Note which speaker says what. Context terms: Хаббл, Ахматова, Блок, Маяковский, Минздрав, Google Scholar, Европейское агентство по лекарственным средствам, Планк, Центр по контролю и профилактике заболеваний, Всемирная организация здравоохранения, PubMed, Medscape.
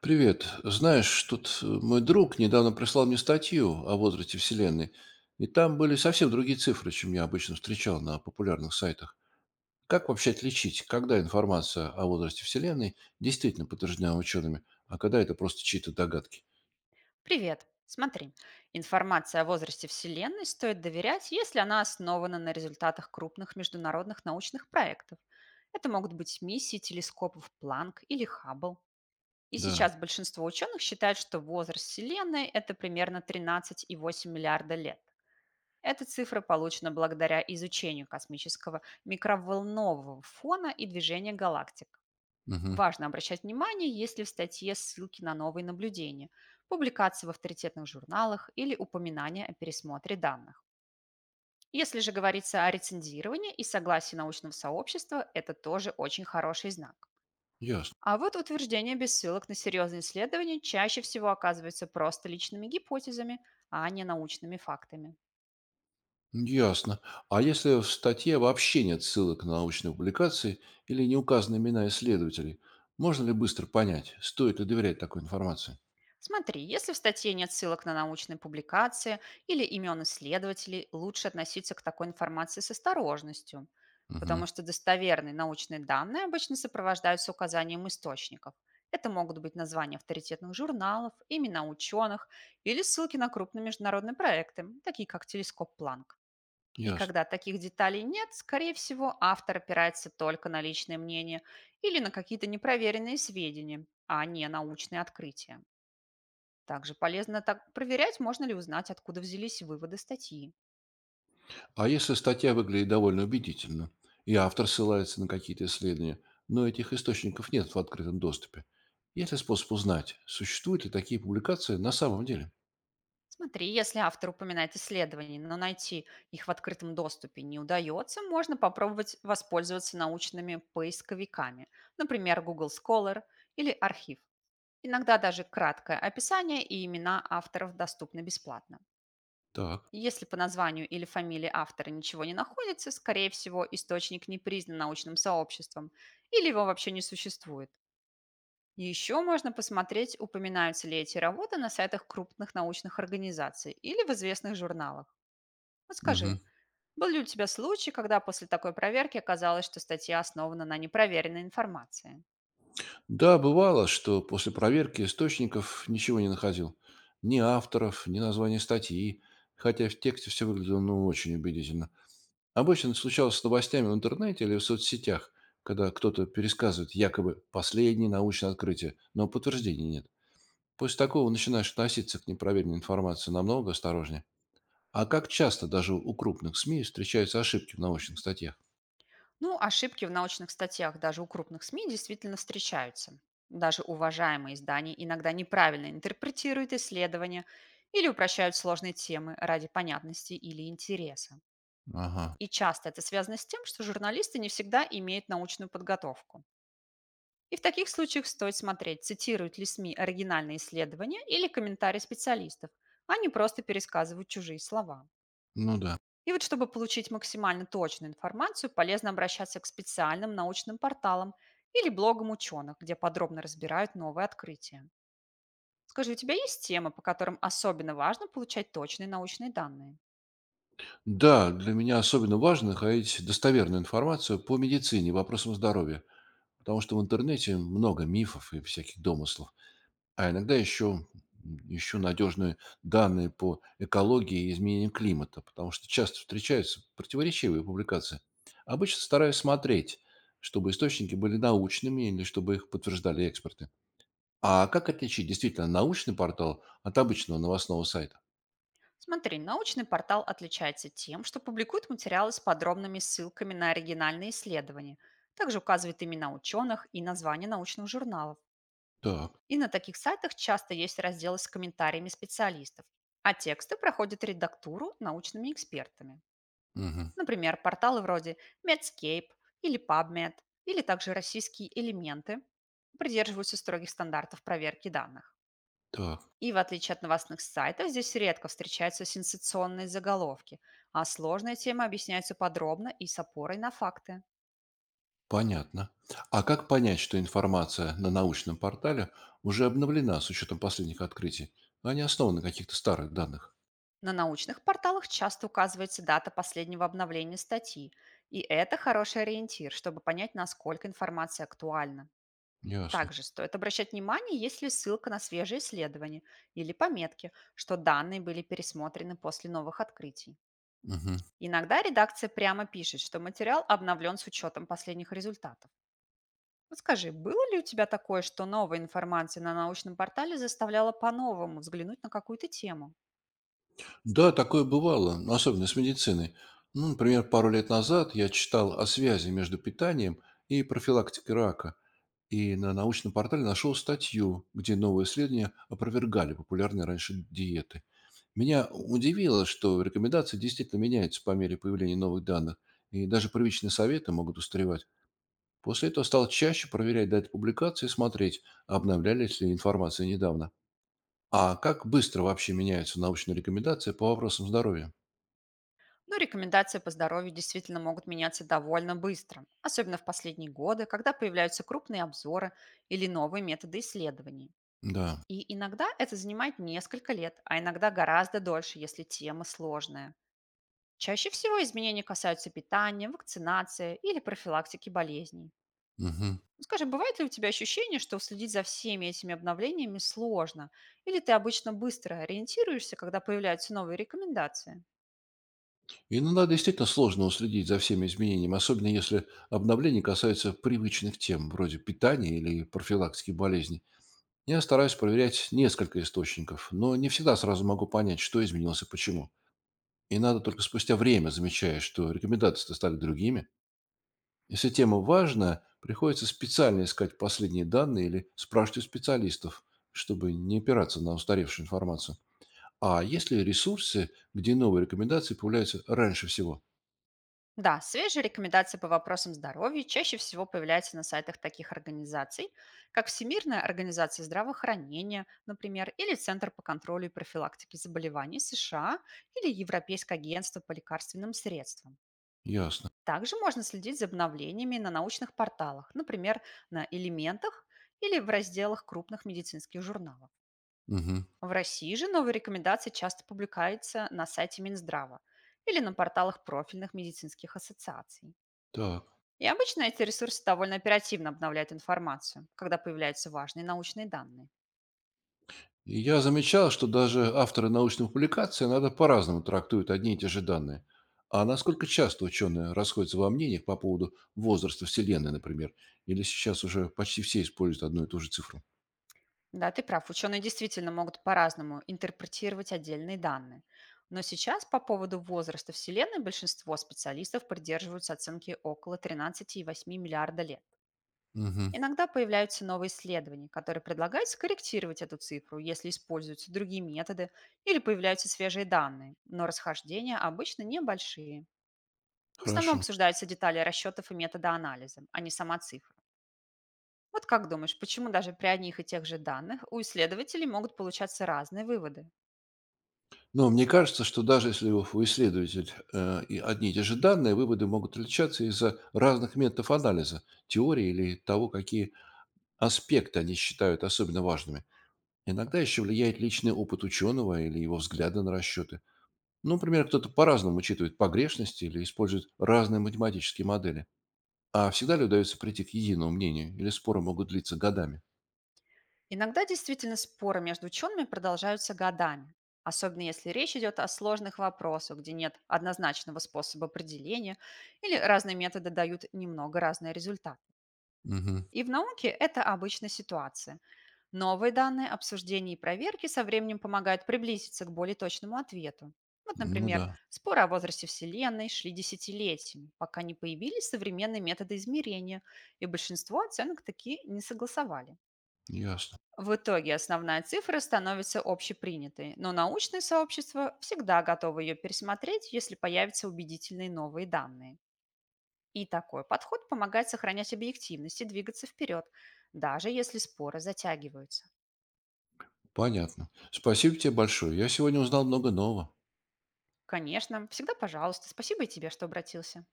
Speaker 1: Привет. Знаешь, тут мой друг недавно прислал мне статью о возрасте Вселенной, и там были совсем другие цифры, чем я обычно встречал на популярных сайтах. Как вообще отличить, когда информация о возрасте Вселенной действительно подтверждена учеными, а когда это просто чьи-то догадки?
Speaker 2: Привет. Смотри, информация о возрасте Вселенной стоит доверять, если она основана на результатах крупных международных научных проектов. Это могут быть миссии телескопов Планк или Хаббл. И
Speaker 1: Да,
Speaker 2: сейчас большинство ученых считают, что возраст Вселенной– это примерно 13,8 миллиарда лет. Эта цифра получена благодаря изучению космического микроволнового фона и движения галактик.
Speaker 1: мгм.
Speaker 2: Важно обращать внимание, есть ли в статье ссылки на новые наблюдения, публикации в авторитетных журналах или упоминания о пересмотре данных. Если же говорится о рецензировании и согласии научного сообщества, это тоже очень хороший знак.
Speaker 1: Ясно.
Speaker 2: А вот утверждения без ссылок на серьезные исследования чаще всего оказываются просто личными гипотезами, а не научными фактами.
Speaker 1: Ясно. А если в статье вообще нет ссылок на научные публикации или не указаны имена исследователей, можно ли быстро понять, стоит ли доверять такой информации?
Speaker 2: Смотри, если в статье нет ссылок на научные публикации или имен исследователей, лучше относиться к такой информации с осторожностью,
Speaker 1: Угу.
Speaker 2: потому что достоверные научные данные обычно сопровождаются указанием источников. Это могут быть названия авторитетных журналов, имена ученых или ссылки на крупные международные проекты, такие как телескоп Планк. И
Speaker 1: Ясно.
Speaker 2: когда таких деталей нет, скорее всего, автор опирается только на личное мнение или на какие-то непроверенные сведения, а не научные открытия. Также полезно так проверять, можно ли узнать, откуда взялись выводы статьи.
Speaker 1: А если статья выглядит довольно убедительно, и автор ссылается на какие-то исследования, но этих источников нет в открытом доступе, есть ли способ узнать, существуют ли такие публикации на самом деле?
Speaker 2: Смотри, если автор упоминает исследования, но найти их в открытом доступе не удается, можно попробовать воспользоваться научными поисковиками, например, Google Scholar или архив. Иногда даже краткое описание и имена авторов доступны бесплатно.
Speaker 1: Так.
Speaker 2: Если по названию или фамилии автора ничего не находится, скорее всего, источник не признан научным сообществом или его вообще не существует. Еще можно посмотреть, упоминаются ли эти работы на сайтах крупных научных организаций или в известных журналах. Вот скажи,
Speaker 1: Мгм.
Speaker 2: был ли у тебя случай, когда после такой проверки оказалось, что статья основана на непроверенной информации?
Speaker 1: Да, бывало, что после проверки источников ничего не находил. Ни авторов, ни названия статьи, хотя в тексте все выглядело ну очень убедительно. Обычно это случалось с новостями в интернете или в соцсетях, когда кто-то пересказывает якобы последнее научное открытие, но подтверждений нет. После такого начинаешь относиться к непроверенной информации намного осторожнее. А как часто даже у крупных СМИ встречаются ошибки в научных статьях?
Speaker 2: Ну, ошибки в научных статьях даже у крупных СМИ действительно встречаются. Даже уважаемые издания иногда неправильно интерпретируют исследования или упрощают сложные темы ради понятности или интереса.
Speaker 1: Ага,
Speaker 2: И часто это связано с тем, что журналисты не всегда имеют научную подготовку. И в таких случаях стоит смотреть, цитируют ли СМИ оригинальные исследования или комментарии специалистов, а не просто пересказывают чужие слова.
Speaker 1: ну да.
Speaker 2: И вот чтобы получить максимально точную информацию, полезно обращаться к специальным научным порталам или блогам ученых, где подробно разбирают новые открытия. Скажи, у тебя есть темы, по которым особенно важно получать точные научные данные?
Speaker 1: Да, для меня особенно важно находить достоверную информацию по медицине вопросам здоровья, потому что в интернете много мифов и всяких домыслов. А иногда еще ищу надежные данные по экологии и изменениям климата, потому что часто встречаются противоречивые публикации. Обычно стараюсь смотреть, чтобы источники были научными или чтобы их подтверждали эксперты. А как отличить действительно научный портал от обычного новостного сайта?
Speaker 2: Смотри, научный портал отличается тем, что публикует материалы с подробными ссылками на оригинальные исследования, также указывает имена ученых и названия научных журналов.
Speaker 1: Так,
Speaker 2: И на таких сайтах часто есть разделы с комментариями специалистов, а тексты проходят редактуру научными экспертами.
Speaker 1: мгм,
Speaker 2: Например, порталы вроде Medscape или PubMed, или также российские элементы придерживаются строгих стандартов проверки данных.
Speaker 1: так,
Speaker 2: И в отличие от новостных сайтов, здесь редко встречаются сенсационные заголовки, а сложные темы объясняются подробно и с опорой на факты.
Speaker 1: понятно. А как понять, что информация на научном портале уже обновлена с учетом последних открытий, а не основана на каких-то старых данных?
Speaker 2: На научных порталах часто указывается дата последнего обновления статьи, и это хороший ориентир, чтобы понять, насколько информация актуальна.
Speaker 1: Ясно.
Speaker 2: Также стоит обращать внимание, есть ли ссылка на свежие исследования или пометки, что данные были пересмотрены после новых открытий.
Speaker 1: Мгм.
Speaker 2: Иногда редакция прямо пишет, что материал обновлен с учетом последних результатов. Вот скажи, было ли у тебя такое, что новая информация на научном портале заставляла по-новому взглянуть на какую-то тему?
Speaker 1: Да, такое бывало, ну, особенно с медициной. Ну, например, пару лет назад я читал о связи между питанием и профилактикой рака, и на научном портале нашел статью, где новые исследования опровергали популярные раньше диеты. Меня удивило, что рекомендации действительно меняются по мере появления новых данных, и даже привычные советы могут устаревать. После этого стал чаще проверять даты публикации и смотреть, обновлялись ли информация недавно. А как быстро вообще меняются научные рекомендации по вопросам здоровья?
Speaker 2: Но рекомендации по здоровью действительно могут меняться довольно быстро, особенно в последние годы, когда появляются крупные обзоры или новые методы исследований.
Speaker 1: Да.
Speaker 2: И иногда это занимает несколько лет, а иногда гораздо дольше, если тема сложная. Чаще всего изменения касаются питания, вакцинации или профилактики болезней.
Speaker 1: Мгм.
Speaker 2: Ну, скажи, бывает ли у тебя ощущение, что следить за всеми этими обновлениями сложно? Или ты обычно быстро ориентируешься, когда появляются новые рекомендации?
Speaker 1: Иногда действительно сложно уследить за всеми изменениями, особенно если обновления касаются привычных тем, вроде питания или профилактики болезней. Я стараюсь проверять несколько источников, но не всегда сразу могу понять, что изменилось и почему. И надо только спустя время замечаешь, что рекомендации стали другими. Если тема важна, приходится специально искать последние данные или спрашивать у специалистов, чтобы не опираться на устаревшую информацию. А есть ли ресурсы, где новые рекомендации появляются раньше всего?
Speaker 2: Да, свежие рекомендации по вопросам здоровья чаще всего появляются на сайтах таких организаций, как Всемирная организация здравоохранения, например, или Центр по контролю и профилактике заболеваний США, или Европейское агентство по лекарственным средствам.
Speaker 1: Ясно.
Speaker 2: Также можно следить за обновлениями на научных порталах, например, на элементах или в разделах крупных медицинских журналов.
Speaker 1: Мгм.
Speaker 2: В России же новые рекомендации часто публикаются на сайте Минздрава или на порталах профильных медицинских ассоциаций.
Speaker 1: Так.
Speaker 2: И обычно эти ресурсы довольно оперативно обновляют информацию, когда появляются важные научные данные.
Speaker 1: И я замечал, что даже авторы научных публикаций иногда по-разному трактуют одни и те же данные. А насколько часто ученые расходятся во мнениях по поводу возраста Вселенной, например? Или сейчас уже почти все используют одну и ту же цифру?
Speaker 2: Да, ты прав. Ученые действительно могут по-разному интерпретировать отдельные данные. Но сейчас по поводу возраста Вселенной большинство специалистов придерживаются оценки около 13,8 миллиарда лет.
Speaker 1: Мгм.
Speaker 2: Иногда появляются новые исследования, которые предлагают скорректировать эту цифру, если используются другие методы или появляются свежие данные, но расхождения обычно небольшие. В основном
Speaker 1: Хорошо.
Speaker 2: обсуждаются детали расчетов и метода анализа, а не сама цифра. Вот как думаешь, почему даже при одних и тех же данных у исследователей могут получаться разные выводы?
Speaker 1: Но мне кажется, что даже если у исследователей и одни и те же данные, выводы могут отличаться из-за разных методов анализа, теории или того, какие аспекты они считают особенно важными. Иногда еще влияет личный опыт ученого или его взгляды на расчеты. Ну, например, кто-то по-разному учитывает погрешности или использует разные математические модели. А всегда ли удается прийти к единому мнению, или споры могут длиться годами?
Speaker 2: Иногда действительно споры между учеными продолжаются годами, особенно если речь идет о сложных вопросах, где нет однозначного способа определения или разные методы дают немного разные результаты.
Speaker 1: Мгм.
Speaker 2: И в науке это обычная ситуация. Новые данные, обсуждения и проверки со временем помогают приблизиться к более точному ответу. Вот,
Speaker 1: Ну
Speaker 2: например,
Speaker 1: да,
Speaker 2: споры о возрасте Вселенной шли десятилетиями, пока не появились современные методы измерения, и большинство оценок такие не согласовали.
Speaker 1: ясно.
Speaker 2: В итоге основная цифра становится общепринятой, но научное сообщество всегда готово ее пересмотреть, если появятся убедительные новые данные. И такой подход помогает сохранять объективность и двигаться вперед, даже если споры затягиваются.
Speaker 1: Понятно. Спасибо тебе большое. Я сегодня узнал много нового.
Speaker 2: Конечно. Всегда пожалуйста. Спасибо и тебе, что обратился.